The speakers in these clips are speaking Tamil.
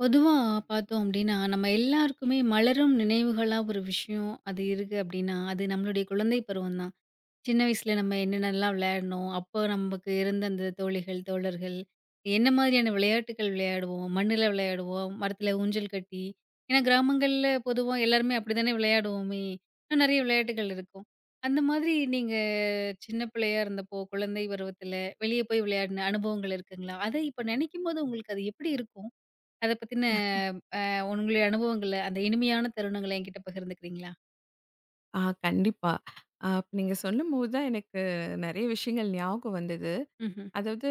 பொதுவா பார்த்தோம் அப்டின்னா, நம்ம எல்லாருக்குமே மலரும் நினைவுகளா ஒரு விஷயம் அது இருக்கு அப்டின்னா, அது நம்மளுடைய குழந்தை பருவம் தான். சின்ன வயசுல நம்ம என்னென்னலாம் விளையாடினோம், அப்போ நமக்கு இருந்த அந்த தோழிகள், தோழர்கள், என்ன மாதிரியான விளையாட்டுகள் விளையாடுவோம், மண்ணுல விளையாடுவோம், மரத்துல ஊஞ்சல் கட்டி ஏன்னா கிராமங்கள்ல பொதுவா எல்லாருமே அப்டித்தானே விளையாடுவோமே! இன்னும் நெறைய விளையாட்டுகள் இருக்கும். அந்த மாதிரி நீங்க சின்ன பிள்ளையா இருந்தப்போ, குழந்தை பருவத்துல வெளிய போய் விளையாடின அனுபவங்கள் இருக்குங்களா? அத இப்ப நெனைக்கும்போது உங்களுக்கு அது எப்டி இருக்கும்? அத பத்தின உங்களுடைய அனுபவங்கள, அந்த இனிமையான தருணங்கள என்கிட்ட பகிர்ந்துக்கிறீங்களா? ஆ கண்டிப்பா. இப்ப நீங்க சொல்லும்போது தான் எனக்கு நெறைய விஷயங்கள் ஞாபகம் வந்தது. ம்ஹ்ம். அதாவது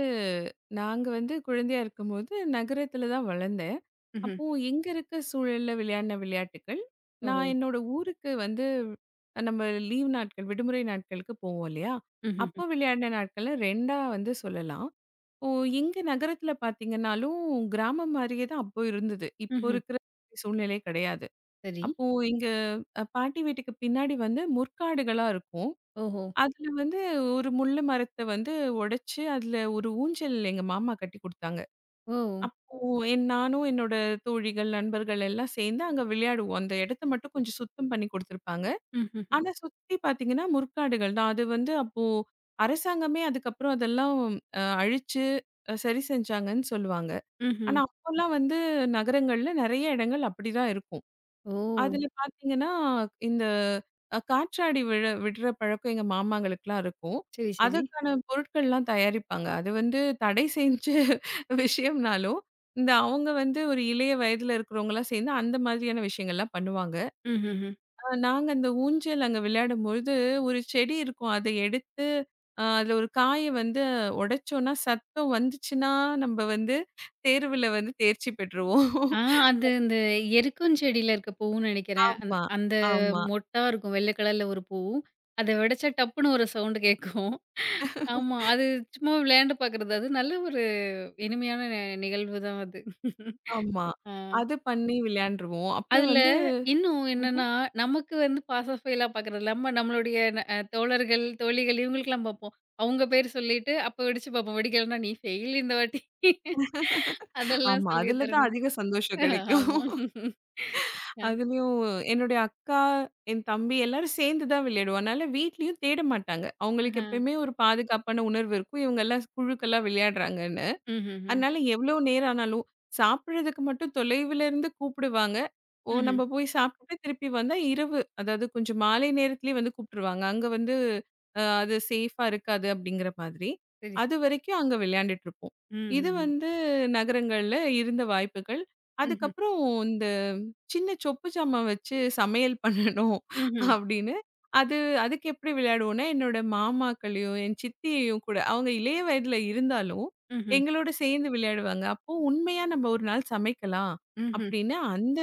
நாங்க வந்து குழந்தையா இருக்கும்போது நகரத்தில தான் வளர்ந்தேன். ம்ஹ்ம். அப்போ எங்க இருக்க சூழல்ல விளையாடின விளையாட்டுக்கள், ஓஹோ! நான் என்னோட ஊருக்கு வந்து நம்ம லீவ் நாட்கள், விடுமுறை நாட்களுக்கு போவோம் இல்லையா? ம்ஹ்ஹ்ம். அப்போ விளையாடின நாட்கள 2ஆ வந்து சொல்லலாம். இப்போ எங்க நகரத்தில பார்த்தீங்கன்னாலும், கிராமம் மாரியே தான் அப்போ இருந்தது. இப்போ ம்ஹ்ம். இருக்கிற சூழ்நிலை கிடையாது. சரி. அப்போ எங்க பாட்டி வீட்டுக்கு பின்னாடி வந்து முற்காடுகளா இருக்கும். ஓஹோ! அதுல வந்து ஒரு முள்ளு மரத்த வந்து உடைச்சு, அதுல ஒரு ஊஞ்சல் எங்க மாமா கட்டி குடுத்தாங்க. ஓ! அப்போ நானும் என்னோட தோழிகள், நண்பர்கள் எல்லாம் சேர்ந்து அங்க விளையாடுவோம். அந்த இடத்த மட்டும் கொஞ்சம் சுத்தம் பண்ணி குடுத்துருப்பாங்க. ம்ஹ்ஹ்ம். ஆனா சுத்தி பார்த்தீங்கன்னா முற்காடுகள் தான். அது வந்து அப்போ அரசாங்கமே அதுக்கப்புறம் அதெல்லாம் அழிச்சு சரி செஞ்சாங்கன்னு சொல்லுவாங்க. ஆனா ம்ஹ்ம். அப்போலாம் வந்து நகரங்கள்ல நெறைய இடங்கள் அப்படிதான் இருக்கும். ஓ! அதுல பார்த்தீங்கன்னா, இந்த காற்றாடி விழ விடுற பழக்கம் எங்க மாமாங்களுக்குலாம் இருக்கும். சரி, சரி. அதற்கான பொருட்கள்லாம் தயாரிப்பாங்க. அது வந்து தடை செஞ்ச விஷயம்னாலும், இந்த அவங்க வந்து ஒரு இளைய வயதில இருக்கிறவங்கலாம் சேர்ந்து அந்த மாதிரியான விஷயங்கள்லாம் பண்ணுவாங்க. ம்ஹ்ஹ்ம். நாங்க அந்த ஊஞ்சல் அங்க விளையாடும்பொழுது, ஒரு செடி இருக்கும். அத எடுத்து அதுல ஒரு காய வந்து உடைச்சோம்னா, சத்தம் வந்துச்சுன்னா, நம்ம வந்து தேர்வுல வந்து தேர்ச்சி பெற்றுருவோம். ஆ, அது இந்த எருக்கும் செடியில இருக்க பூவுன்னு நெனைக்கிறேன். அந் ஆமா, அந்த ஆமா. மொட்டா இருக்கும். வெள்ள கலர்ல ஒரு பூ. அத வெடச்சா டப்புன்னு ஒரு சவுண்ட் கேட்கும். ஆமா. அது சும்மா விளையாண்டு பார்க்குறது. அது நல்ல ஒரு இனிமையான நிகழ்வு தான் அது. ஆமா. ஆ. அது பண்ணி விளையாண்டுருவோம். அப்புறம் அதுல வந்து இன்னும் ம்ஹ்ம். என்னன்னா, நமக்கு வந்து பாஸ் ஆஃப் ஃபெயிலா பார்க்குறது இல்லாம, நம்மளுடைய ந அ தோழர்கள், தோழிகள் இவங்களுக்கெல்லாம் பார்ப்போம். அவங்க பேர் சொல்லிட்டு, அப்ப வெடிச்சு பார்ப்போம். வெடிக்கலன்னா, "நீ ஃபெயில் இந்த வாட்டி." அதெல்லாம் ஆமா. சொல்லிய அதுல தான் தருணம். அதிக சந்தோஷம் கிடைக்கும். ஆமா. அ, அதுலயும் என்னுடைய அக்கா, என் தம்பி எல்லாரும் சேர்ந்து தான் விளையாடுவோம். அதனால வீட்லயும் தேட மாட்டாங்க. அவங்களுக்கு ஆஹா. எப்பயுமே ஒரு பாதுகாப்பான உணர்வு இருக்கும். இவங்கலாம் குழுக்களா விளையாடுறாங்கன்னு. ம்ஹ்ஹ்ம். அதனால எவ்வளோ நேரம் ஆனாலும், சாப்பிடுறதுக்கு மட்டும் தொலைவுல இருந்து கூப்பிடுவாங்க. ஓ! ம்ஹ்ம். நம்ம போய் சாப்பிட்டுட்டு திருப்பி வந்தா இரவு, அதாவது கொஞ்சம் மாலை நேரத்திலேயே வந்து கூப்பிட்டுருவாங்க. அங்க வந்து அது சேஃபா இருக்காது அப்படிங்கிற மாதிரி. சரி, சரி. அதுவரைக்கும் அங்க விளையாண்டுட்டு இருப்போம். இது ம்ஹ்ஹ்ம். வந்து நகரங்கள்ல இருந்த வாய்ப்புகள். ம்ஹ்ம். அதுக்கப்புறம் இந்த சின்ன சொப்பு சாமான் வச்சு சமையல் பண்ணணும் ம்ஹ்ம். அப்படின்னு. அது அதுக்கு எப்படி விளையாடுவோம்னா, என்னோட மாமாக்களையும், என் சித்தியையும் கூட அவங்க இளைய வயதில இருந்தாலும், ம்ஹ்ம். எங்களோட சேர்ந்து விளையாடுவாங்க. அப்போ உண்மையா நம்ம ஒரு நாள் சமைக்கலாம் ம்ஹ்ம். அப்படின்னு அந்த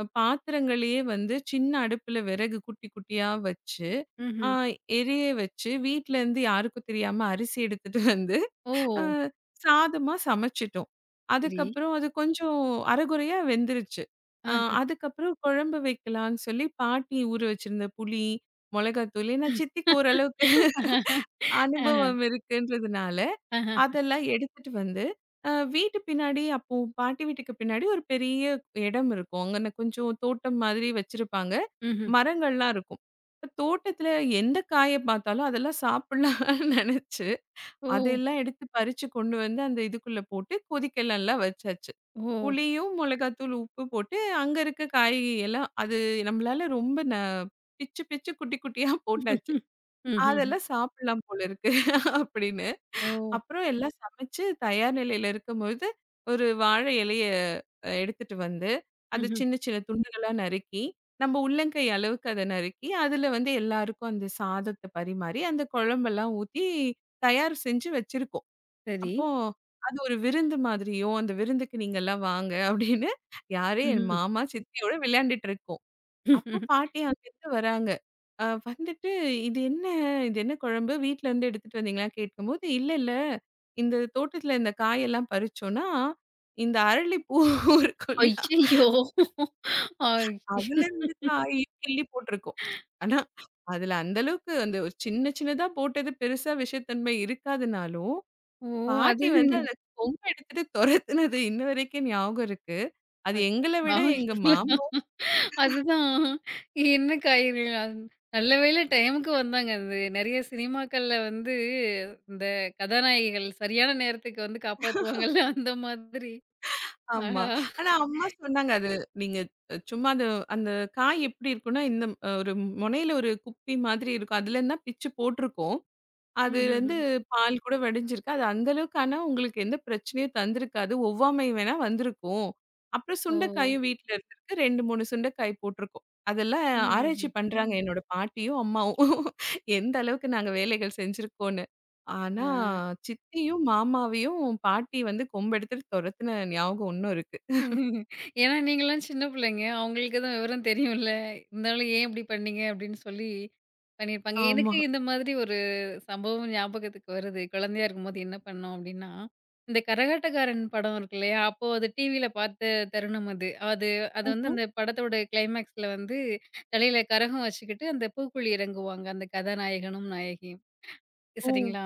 பாத்திரங்களையே வந்து சின்ன அடுப்புல விறகு குட்டி குட்டியா வச்சு, ஆ ம்ஹ்ம். எரிய வச்சு வீட்ல இருந்து யாருக்கும் தெரியாம அரிசி எடுத்துட்டு வந்து ஓ! அ சாதமா சமைச்சிட்டோம். சரி. அதுக்கப்புறம் அது கொஞ்சம் அரைகுறையா வெந்துருச்சு. அ. அ அதுக்கப்புறம் குழம்பு வைக்கலான்னு சொல்லி பாட்டி ஊற வச்சிருந்த புளி, மொளகாத்தூள் ஏன்னா சித்திக்கு ஓரளவுக்கு ஆஹா. ஆஹா. அனுபவம் இருக்குன்றதுனால, ஆஹா. அதெல்லாம் எடுத்துட்டு வந்து, வீட்டு பின்னாடி அப்போ பாட்டி வீட்டுக்கு பின்னாடி ஒரு பெரிய இடம் இருக்கும். அங்கன கொஞ்சம் தோட்டம் மாதிரி வச்சிருப்பாங்க. ம்ஹ்ம். மரங்கள்லாம் இருக்கும். இப்ப தோட்டத்தில எந்த காய பார்த்தாலும் அதெல்லாம் சாப்பிடலாம்னு நெனச்சு ஓ! அதெல்லாம் எடுத்து பறிச்சு கொண்டு வந்து அந்த இதுக்குள்ள போட்டு கொதிக்கலல்ல வச்சாச்சு. ஓ! புளியும், மிளகாத்தூள், உப்பு போட்டு அங்க இருக்க காய்கறி எல்லாம் அது நம்மளால ரொம்ப பிச்சு பிச்சு குட்டி குட்டியா போட்டாச்சு. ம்ஹ்ஹ்ம். அதெல்லாம் சாப்பிடலாம் போல இருக்கு அப்படின்னு. ஓ! அப்புறம் எல்லாம் சமைச்சு தயார் நிலையில இருக்கும்பொழுது, ஒரு வாழை இலைய எடுத்துட்டு வந்து, அத ம்ஹ்ம். சின்ன சின்ன துண்டுகளா நறுக்கி, நம்ம உள்ளங்கை அளவுக்கு அத நறுக்கி, அதுல வந்து எல்லாருக்கும் அந்த சாதத்த பரிமாறி, அந்த குழம்பெல்லாம் ஊத்தி தயார் செஞ்சு வச்சிருக்கோம். சரி. அப்போ அது ஒரு விருந்து மாதிரியோ, அந்த விருந்துக்கு நீங்கலாம் வாங்க அப்படின்னு யாரு என் ம்ஹ்ம். மாமா, சித்தியோட விளையாண்டுட்டு இருக்கோம். அப்போ பாட்டி அங்கருந்து வராங்க. வந்துட்டு "இது என்ன இது என்ன குழம்பு? வீட்லருந்து எடுத்துட்டு வந்தீங்களா? கேட்கும்போது, இல்ல, இல்ல. இந்த தோட்டத்துல இந்த காயெல்லாம் பறிச்சோம்னா, இந்த அரளி பூ இருக்கும் இல்லையா? ஐய்யய்யோ! ஐய் அதுலருந்து காய் கிள்ளி போட்டிருக்கோம். ஆனா, அதுல அந்த அளவுக்கு அந்த ஒரு சின்ன சின்னதா போட்டது பெருசா விஷத்தன்மை இருக்காதுனாலும், ஓ! அது பாட்டி வந்து அந்த கொம்ப எடுத்துட்டு தொரத்துனது இன்ன வரைக்கும் ஞாபகம் இருக்கு. அது எங்கள விட எங்க அடப்பாவிங்களா! மாமா அதுதான் என்ன காய்கறிகள் அது. நல்ல வேளை டைமுக்கு வந்தாங்க. அது நெறைய சினிமாக்கள்ல வந்து இந்த கதாநாயகிகள் சரியான நேரத்துக்கு வந்து காப்பாத்துவாங்கல்ல அந்த மாதிரி. ஆமா. ஆஹா! ஆனா அம்மா சொன்னாங்க அது நீங்க சும்மா அது அந்த காய் எப்படி இருக்கும்னா, இந்த ஒரு முனையில ஒரு குப்பி மாதிரி இருக்கும். அதுல தான் பிச்சு போட்டுருக்கோம். அது ம்ஹ்ஹ்ம். வந்து பால் கூட வடிஞ்சிருக்கு. அது அந்த அளவுக்கு ஆனா உங்களுக்கு எந்த பிரச்சனையும் தந்திருக்காது. ஒவ்வாமை வேணா வந்திருக்கும். அப்புறம் ஓ! சுண்டைக்காயும் வீட்ல இருந்திருக்கு. 2, 3 சுண்டைக்காய் போட்டிருக்கோம். அதெல்லாம் ம்ஹ்ஹ்ம். ஆராய்ச்சி பண்றாங்க என்னோட பாட்டியும், அம்மாவும். எந்த அளவுக்கு நாங்க வேலைகள் செஞ்சிருக்கோம்ன்னு. ஆ. ஆனா சித்தியும், மாமாவையும் பாட்டி வந்து கொம்பெடுத்துட்டு தொரத்துன ஞாபகம் இன்னும் இருக்கு. ஏன்னா நீங்கலாம் சின்ன பிள்ளைங்க. அவங்களுக்கு தான் விவரம் தெரியும்ல. இருந்தாலும் ஏன் இப்படி பண்ணீங்க? அப்படின்னு சொல்லி பண்ணியிருப்பாங்க. ஆமா. எனக்கு இந்த மாதிரி ஒரு சம்பவம் ஞாபகத்துக்கு வருது. குழந்தையா இருக்கும்போது என்ன பண்ணோம் அப்படின்னா, இந்த கரகாட்டக்காரன் படம் இருக்கு இல்லையா? அப்போ அது டிவியில பார்த்த தருணம் அது. அது வந்து ம்ஹ்ம். அந்த படத்தோட கிளைமேக்ஸ்ல வந்து தலையில கரகம் வச்சுக்கிட்டு அந்த பூக்குழி இறங்குவாங்க. அந்த கதாநாயகனும், நாயகியும். ஓ! சரிங்களா.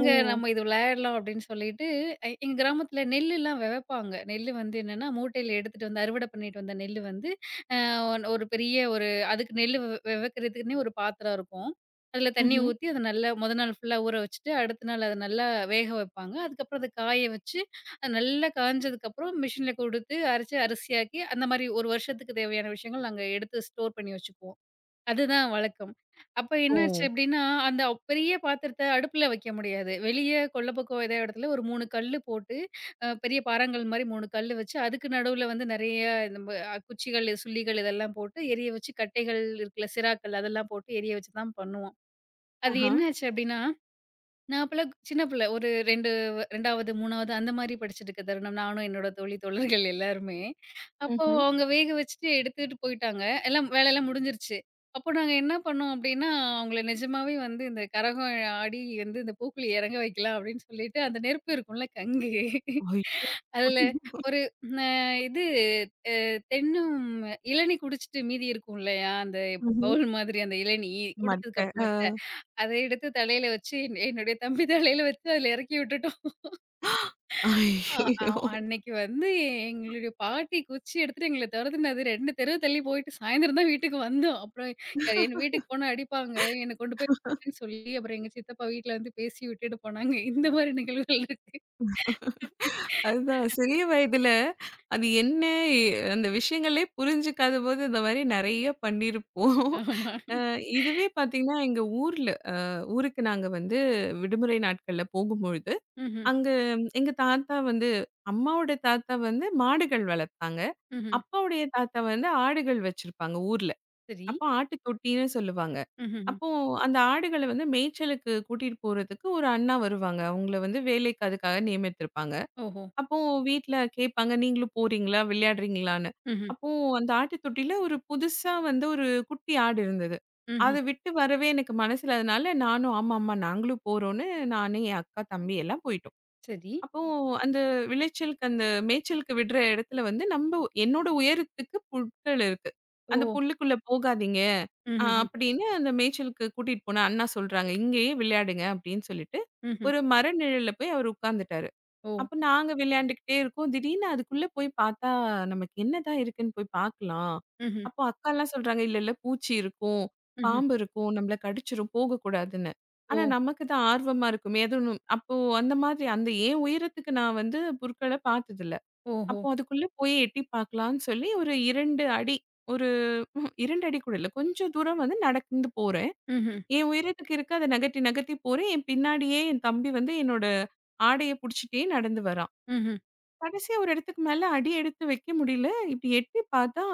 ஓ! நம்ம இது விளையாடலாம் அப்படின்னு சொல்லிட்டு, எங்க கிராமத்தில நெல்லுலாம் வெவப்பாங்க. நெல்லு வந்து என்னன்னா, மூட்டையில எடுத்துட்டு வந்து அறுவடை பண்ணிட்டு வந்த நெல்லு வந்து, அ ஒன் ஒரு பெரிய ஒரு அதுக்கு நெல்லு வெவக்கிறதுக்குன்னே ஒரு பாத்திரம் இருக்கும். அதில தண்ணி ம்ஹ்ம். ஊத்தி அத நல்லா மொத நாள் ஃபுல்லா ஊற வச்சுட்டு, அடுத்த நாள் அத நல்லா வேக வைப்பாங்க. அதுக்கப்புறம் அத காய வச்சு, அது நல்லா காய்ஞ்சதுக்கப்புறம் மிஷின்ல குடுத்து அரைச்சு அரிசியாக்கி, அந்த மாரி ஒரு வருஷத்துக்கு தேவையான விஷயங்கள் நாங்க எடுத்து ஸ்டோர் பண்ணி வச்சுக்குவோம். அதுதான் வழக்கம். அப்ப ஓ! என்னாச்சு அப்டின்னா, அந்த பெரிய பாத்திரத்த அடுப்புல வைக்க முடியாது. வெளிய கொள்ள பக்கம் ஏதோ இடத்துல ஒரு 3 கல்லு போட்டு, பெரிய பாறாங்கல் மாரி 3 கல்லு வச்சு, அதுக்கு நடுவுல வந்து நெறைய நம்ப குச்சிகள், சுள்ளிகள் இதெல்லாம் போட்டு எரிய வச்சு, கட்டைகள் இருக்குல்ல சிராக்கள் அதெல்லாம் போட்டு எரிய வச்சு தான் பண்ணுவோம். அது ஆஹா. என்னாச்சு அப்டின்னா, நான் அப்பலாம் சின்ன பிள்ளை. ஒரு 2, 2வது, 3வது அந்த மாரி படிச்சுட்டுருக்க தருணம். நானும் என்னோட தோழி, தோழர்கள் எல்லாருமே. அப்போ ம்ஹ்ம். அவங்க வேக வச்சுட்டு எடுத்துட்டு போயிட்டாங்க. எல்லாம் வேலையெல்லாம் முடிஞ்சிருச்சு. அப்போ நாங்க என்ன பண்ணோம் அப்டின்னா, அவங்கள நிஜமாவே வந்து இந்த கரகம் ஆடி வந்து இந்த பூக்குழி இறங்க வைக்கலாம் அப்டின்னு சொல்லிட்டு, அந்த நெருப்பு இருக்கும்ல கங்கு. ஐயோ! அதுல ஒரு அ இது அ தென்னம் இளநீ குடிச்சிட்டு மீதி இருக்கும் இல்லையா? அந்த ம்ஹ்ம். பவுல் மாதிரி அந்த இளநீ மட்ட. குடிச்சதுக்கு அ. மட்ட அத எடுத்து தலையில வச்சு, என்னுடைய தம்பி தலையில வச்சு அதுல இறக்கி விட்டுட்டோம். அ ஐயய்யோ! அவ் அன்னைக்கு வந்து எங்களுடைய பாட்டி குச்சி எடுத்துட்டு எங்கள தொரத்துனது 2 தெரு தள்ளி போயிட்டு சாயந்தரம் தான் வீட்டுக்கு வந்தோம். அப்புறம் யார் என் வீட்டுக்கு போனா அடிப்பாங்க. என்ன கொண்டு போய் விடுறேன்னு சொல்லி, அப்புறம் எங்க சித்தப்பா வீட்ல வந்து பேசி விட்டுட்டு போனாங்க. இந்த மாரி நிகழ்வுகள் இருக்கு. அதுதான் சிறிய வயதுல அது என்ன அந்த விஷயங்களே புரிஞ்சுக்காதபோது இந்த மாரி நெறைய பண்ணியிருப்போம். ஆமா. அ இதுவே பார்த்தீங்கன்னா, எங்க ஊர்ல ஊருக்கு நாங்க வந்து விடுமுறை நாட்கள்ல போகும்பொழுது, ம்ஹ்ம். அங்க எங்க தாத்தா வந்து அம்மாவோட தாத்தா வந்து மாடுகள் வளர்ப்பாங்க. ம்ஹ்ம். அப்பாவுடைய தாத்தா வந்து ஆடுகள் வச்சிருப்பாங்க ஊர்ல. சரி. அப்ப ஆட்டுக்குட்டின்னு சொல்லுவாங்க. ம்ஹ்ஹ்ம். அப்போ அந்த ஆடுகள வந்து மேய்ச்சலுக்கு கூட்டிட்டு போறதுக்கு ஒரு அண்ணா வருவாங்க. அவங்கள வந்து வேலைக்கு அதுக்காக நியமித்திருப்பாங்க. ஓஹோ! அப்போ வீட்ல கேட்பாங்க, நீங்களும் போறீங்களா? விளையாடுறீங்களான்னு? ம்ஹ்ம். அப்போ அந்த ஆட்டுத்தொட்டியில ஒரு புதுசா வந்து ஒரு குட்டி ஆடு இருந்தது. அத ம்ஹ்ம். விட்டு வரவே எனக்கு மனசில அதனால நானும், ஆமா, ஆமா நாங்களும் போறோம்ன்னு நானு, என் அக்கா, தம்பி எல்லாம் போயிட்டோம். சரி. அப்போ அந்த விளைச்சலுக்கு அந்த மேய்ச்சலுக்கு விடுற இடத்துல வந்து நம்ம என்னோட உயரத்துக்கு புற்கள் இருக்கு. ஓ! அந்த புல்லுக்குள்ள போகாதீங்க. ம்ஹ்ஹ்ம். அப்படின்னு அந்த மேய்ச்சலுக்கு கூட்டிட்டு போன அண்ணா சொல்றாங்க. இங்கேயே விளையாடுங்க அப்படின்னு சொல்லிட்டு, ம்ஹ்ம். ஒரு மர நிழல்ல போய் அவர் உட்கார்ந்துட்டாரு. ஓ! அப்ப நாங்க விளையாண்டுக்கிட்டே இருக்கோம். திடீர்னு அதுக்குள்ள போய் பார்த்தா, நமக்கு என்னதான் இருக்குன்னு போய் பார்க்கலாம். ம்ஹ்ம். அப்போ அக்காலாம் சொல்றாங்க, இல்ல, இல்ல பூச்சி இருக்கும், ம்ஹ்ம். பாம்பு இருக்கும், நம்மள கடிச்சிரும், போகக்கூடாதுன்னு. ஓ! ஆனா நமக்கு தான் ஆர்வமா இருக்குமே, அதுவும் அப்போ அந்த மாதிரி அந்த என் உயரத்துக்கு நான் வந்து புற்கள பார்த்ததில்ல. ஓஹோ! அப்போ அதுக்குள்ள போய் எட்டி பார்க்கலான்னு சொல்லி ஒரு 2 அடி, ஒரு 2 அடி கூட இல்ல, கொஞ்சம் தூரம் வந்து நடந்து போறேன். ம்ஹ்ம். என் உயரத்துக்கு இருக்கு, அத நகர்த்தி நகர்த்தி போறேன். என் பின்னாடியே என் தம்பி வந்து என்னோட ஆடைய புடிச்சுட்டே நடந்து வரான். ம்ஹ்ம். கடைசியா ஒரு இடத்துக்கு மேல அடி எடுத்து வைக்க முடியல. இப்டி எட்டி பார்த்தா,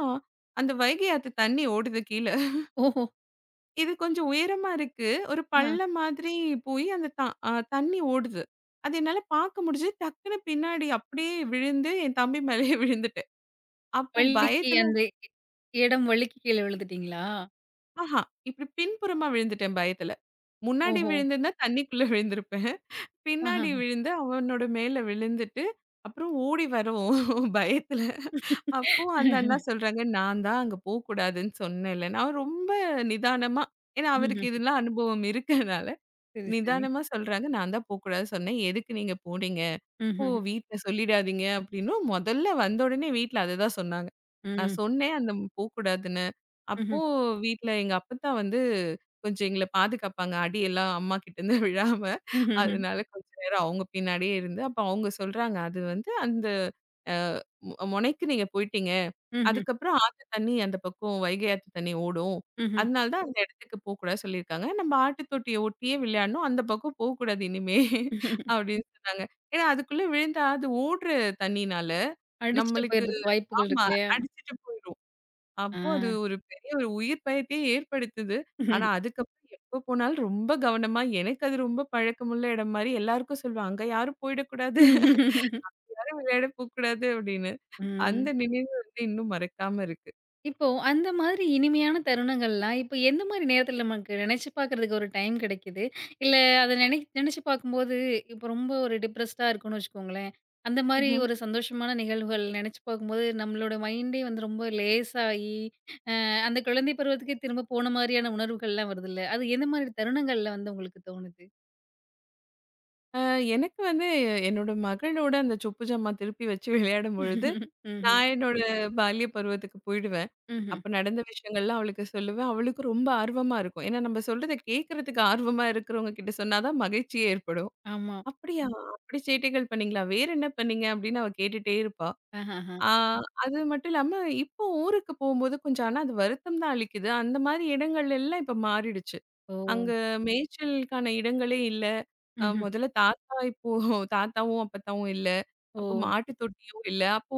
அந்த வைகை ஆத்து தண்ணி ஓடுது கீழ. ஓஹோ! இது கொஞ்சம் உயரமா இருக்கு. ஒரு ஆ. பள்ளம் மாதிரி போய் அந்த த அ தண்ணி ஓடுது. அது என்னால பார்க்க முடிஞ்சது. டக்குனு பின்னாடி அப்படியே விழுந்து என் தம்பி மேலயே விழுந்துட்டேன். அப்போ வள்ளிக்கு பயத்துல அந்த இடம் வள்ளிக்கு கீழ விழுந்துட்டீங்களா? ஆஹா! இப்டி பின்புறமா விழுந்துட்டேன் பயத்துல. முன்னாடி ஓஹோ! விழுந்திருந்தா தண்ணிக்குள்ள விழுந்திருப்பேன். ஆஹா. பின்னாடி விழுந்து, அவனோட மேல விழுந்துட்டு, அப்புறம் ஓடி வரோம் பயத்துல. அப்போ அந்த அண்ணா சொல்றாங்க, நான் தான் அங்க போக்கூடாதுன்னு சொன்னேன்ல. நான் ரொம்ப நிதானமா ஏன்னா அவருக்கு ம்ஹ்ம். இதெல்லாம் அனுபவம் இருக்கனால, சரி, சரி. நிதானமா சொல்றாங்க, நான் தான் போக்கூடாதுன்னு சொன்னேன். எதுக்கு நீங்க போனீங்க? ஓ! ம்ஹ்ம். வீட்ல சொல்லிடாதீங்க அப்படின்னும், முதல்ல வந்த உடனே வீட்ல அதுதான் சொன்னாங்க. நான் ம். சொன்னேன் அந்த போக்கூடாதுன்னு. அப்போ ம்ஹ்ம். வீட்ல எங்க அப்பத்தா வந்து கொஞ்சம் எங்கள பாதுகாப்பாங்க. அடியெல்லாம் அம்மா கிட்டேருந்து விழாம. ம்ஹ்ம். அதனால கொஞ்ச நேரம் அவங்க பின்னாடியே இருந்து, அப்ப அவங்க சொல்றாங்க, அது வந்து அந்த அ மொ மொனைக்கு நீங்க போயிட்டீங்க. ம்ஹ்ம். அதுக்கப்புறம் ஆத்து தண்ணி அந்த பக்கம் வைகை ஆத்து தண்ணி ஓடும். ம்ஹ்ம். அதனால தான் அந்த இடத்துக்கு போக்கூடாதுன்னு சொல்லியிருக்காங்க. நம்ம ஆட்டு தொட்டிய ஒட்டியே விளையாடணும். அந்த பக்கம் போக்கூடாது இனிமே அப்படின்னு சொன்னாங்க. ஏன்னா அதுக்குள்ள விழுந்தா அது ஓடுற தண்ணீனால அடிச்சுட்டு நம்மளுக்கு போயிறதுக்கு வாய்ப்புகள் ஆமா இருக்கு இல்லையா? அடிச்சிட்டு போயிரும். ஆ. அப்போ அது ஒரு பெரிய ஒரு உயிர் பயத்தையே ஏற்படுத்துது. ஆனா அதுக்கப்புறம் எப்ப போனாலும் ரொம்ப கவனமா எனக்கு அது ரொம்ப பழக்கமுள்ள இடம் மாரி எல்லாருக்கும் சொல்லுவேன். அங்க யாரும் போயிடக்கூடாது. யாரும் விளையாட போக்கூடாது அப்படின்னு. அந்த ம். நினைவு வந்து இன்னும் மறக்காம இருக்கு. இப்போ அந்த மாதிரி இனிமையான தருணங்கள்லாம், இப்ப எந்த மாரி நேரத்துல நமக்கு நினைச்சு பார்க்கறதுக்கு ஒரு டைம் கிடைக்குது? இல்ல, அத நினைச்சு பார்க்கும்போது, இப்ப ரொம்ப ஒரு டிப்ரஸ்டா இருக்கோம்னு வச்சுக்கோங்களேன். அந்த மாரி ம்ஹ்ம். ஒரு சந்தோஷமான நிகழ்வுகள் நினைச்சு பார்க்கும்போது, நம்மளோட மைண்டே வந்து ரொம்ப லேசாயி, அந்த குழந்தை பருவத்துக்கே திரும்ப போன மாரியான உணர்வுகள்லாம் வருதுல்ல. அது எந்த மாரி தருணங்கள்ல வந்து உங்களுக்கு தோணுது? அ எனக்கு வந்து என்னோட மகளோட அந்த சொப்பு ஜாமான் திருப்பி வச்சு விளையாடும் பொழுது, ம்ஹ்ம். நான் என்னோட பால்ய பருவத்துக்கு போயிடுவேன். ம்ஹ்ம். அப்ப நடந்த விஷயங்கள்லாம் அவளுக்கு சொல்லுவேன். அவளுக்கு ரொம்ப ஆர்வமா இருக்கும். ஏன்னா நம்ம சொல்றத கேட்கறதுக்கு ஆர்வமா இருக்கிறவங்க கிட்ட சொன்னா தான் மகிழ்ச்சியே ஏற்படும். ஆமா. அப்படியா? ம். அப்படி சேட்டைகள் பண்ணீங்களா? வேற என்ன பண்ணீங்க? அப்படின்னு அவ கேட்டுட்டே இருப்பா. ஆஹஹ. ஆ அது மட்டும் இல்லாம இப்போ ஊருக்கு போம்போது கொஞ்சம் ஆனா அது வருத்தம் தான் அளிக்குது. அந்த மாரி இடங்கள் எல்லாம் இப்ப மாறிடுச்சு. ஓ! அங்க மேய்ச்சலுக்கான இடங்களே இல்ல. ம்ஹ்ம். முதல்ல தாத்தா இப்போ தாத்தாவும், அப்பத்தாவும் இல்ல. ஓ! அப்போ மாட்டு தொட்டியும் இல்ல. அப்போ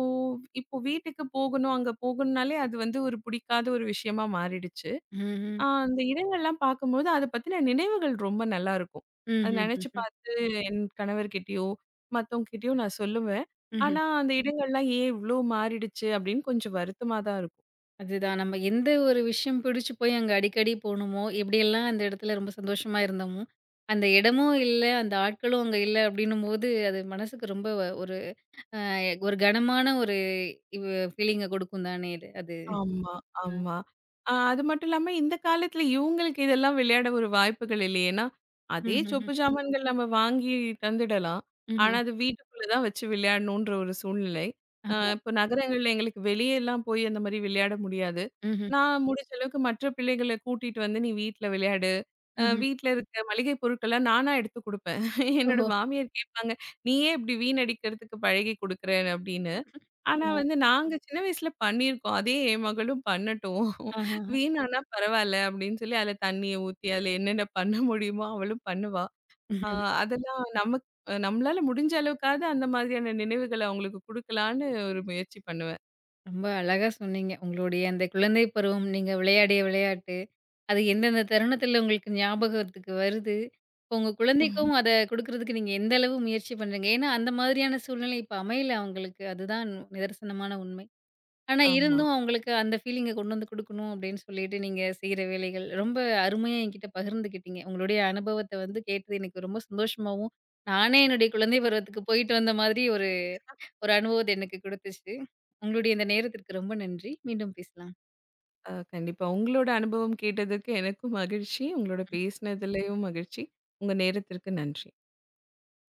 இப்போ வீட்டுக்கு போகணும், அங்க போகணும்னாலே அது வந்து ஒரு புடிக்காத ஒரு விஷயமா மாறிடுச்சு. ம்ஹ்ம். அந்த இடங்கள்லாம் பார்க்கும்போது அத பத்தின நினைவுகள் ரொம்ப நல்லாருக்கும். அத ம்ஹ்ம். ம்ஹ்ம். நெனச்சு ம்ஹ்ம். பார்த்து என் கணவர்கிட்டயோ, மத்தவங்ககிட்டயோ நான் சொல்லுவேன். ம்ஹ்ம். ஆனா அந்த இடங்கள்லாம் ஏன் இவ்ளோ மாறிடுச்சு அப்படின்னு கொஞ்சம் வருத்தமா தான் இருக்கும். அதுதான். நம்ம எந்த ஒரு விஷயம் பிடிச்சு போய் அங்க அடிக்கடி போனோமோ, எப்படியெல்லாம் அந்த இடத்துல ரொம்ப சந்தோஷமா இருந்தோமோ, அந்த இடமும் இல்ல, அந்த ஆட்களும் அங்க இல்ல அப்படின்னும்போது, அது மனசுக்கு ரொம்ப ஒரு அ ஒரு கனமான ஒரு இவ் ஃபீலிங்க குடுக்கும் தானே இது அது. ஆமா, அ. ஆமா. அது மட்டும் இல்லாம இந்த காலத்துல இவங்களுக்கு இதெல்லாம் விளையாட ஒரு வாய்ப்புகள் இல்லையே! ஏன்னா, அதே ம்ஹ்ஹ்ம். சொப்பு சாமான்கள் நம்ம வாங்கி தந்துடலாம். ஆனா, ம்ஹ்ம். அது வீட்டுக்குள்ள தான் வச்சு விளையாடணுன்ற ஒரு சூழ்நிலை. ஆமா. இப்போ நகரங்கள்ல எங்களுக்கு வெளியலாம் போய் அந்த மாரி விளையாட முடியாது. ம்ஹ்ம். நான் முடிஞ்ச அளவுக்கு மற்ற பிள்ளைகள கூட்டிட்டு வந்து, நீ வீட்ல விளையாடு. ம்ஹ்ம். வீட்ல இருக்க மளிகை பொருட்கள்லாம் நானா எடுத்து குடுப்பேன். என்னோட ஓஹோ! மாமியார் கேட்பாங்க, நீ ஏன் இப்படி வீணடிக்கிறதுக்கு பழகி குடுக்குற? அப்படின்னு. ஆனா வந்து அ. நாங்க சின்ன வயசுல பண்ணியிருக்கோம். அதே என் மகளும் பண்ணட்டும். ஆஹஹ. வீணானா பரவால்ல அப்படின்னு சொல்லி அதுல தண்ணிய ஊத்தி, அதுல என்னென்ன பண்ண முடியுமோ அவளும் பண்ணுவா. ஆ அதெல்லாம் நம்மளால முடிஞ்ச அளவுக்காவது அந்த மாதிரியான நினைவுகள அவங்களுக்கு குடுக்கலான்னு ஒரு முயற்சி பண்ணுவேன். ரொம்ப அழகா சொன்னீங்க. உங்களுடைய அந்த குழந்தை பருவம், நீங்க விளையாடிய விளையாட்டு அது எந்தெந்த தருணத்துல உங்களுக்கு ஞாபகத்துக்கு வருது? உங்க ம்ஹும். குழந்தைக்கும் அத குடுக்குறதுக்கு நீங்க எந்த அளவு முயற்சி பண்றீங்க? ஏன்னா, அந்த மாதிரியான சூழ்நிலை இப்ப அமையல அவங்களுக்கு. அதுதான் நிதர்சனமான உண்மை. ஆனா, ஆமா. இருந்தும் அவங்களுக்கு அந்த ஃபீலிங்க கொண்டு வந்து குடுக்கணும் அப்படின்னு சொல்லிட்டு நீங்க செய்ற வேலைகள் ரொம்ப அருமையா என்கிட்ட பகிர்ந்துக்கிட்டீங்க. உங்களுடைய அனுபவத்த வந்து கேட்டது எனக்கு ரொம்ப சந்தோஷமாவும், நானே என்னுடைய குழந்தை பருவத்துக்கு போயிட்டு வந்த மாதிரி ஒரு ஒரு அனுபவத்த எனக்கு குடுத்துச்சு. உங்களுடைய இந்த நேரத்திற்கு ரொம்ப நன்றி. மீண்டும் பேசலாம். கண்டிப்பா. உங்களோட அனுபவம் கேட்டதுக்கு எனக்கும் மகிழ்ச்சி. உங்களோட பேசினதுலயும் மகிழ்ச்சி. உங்க நேரத்திற்கு நன்றி.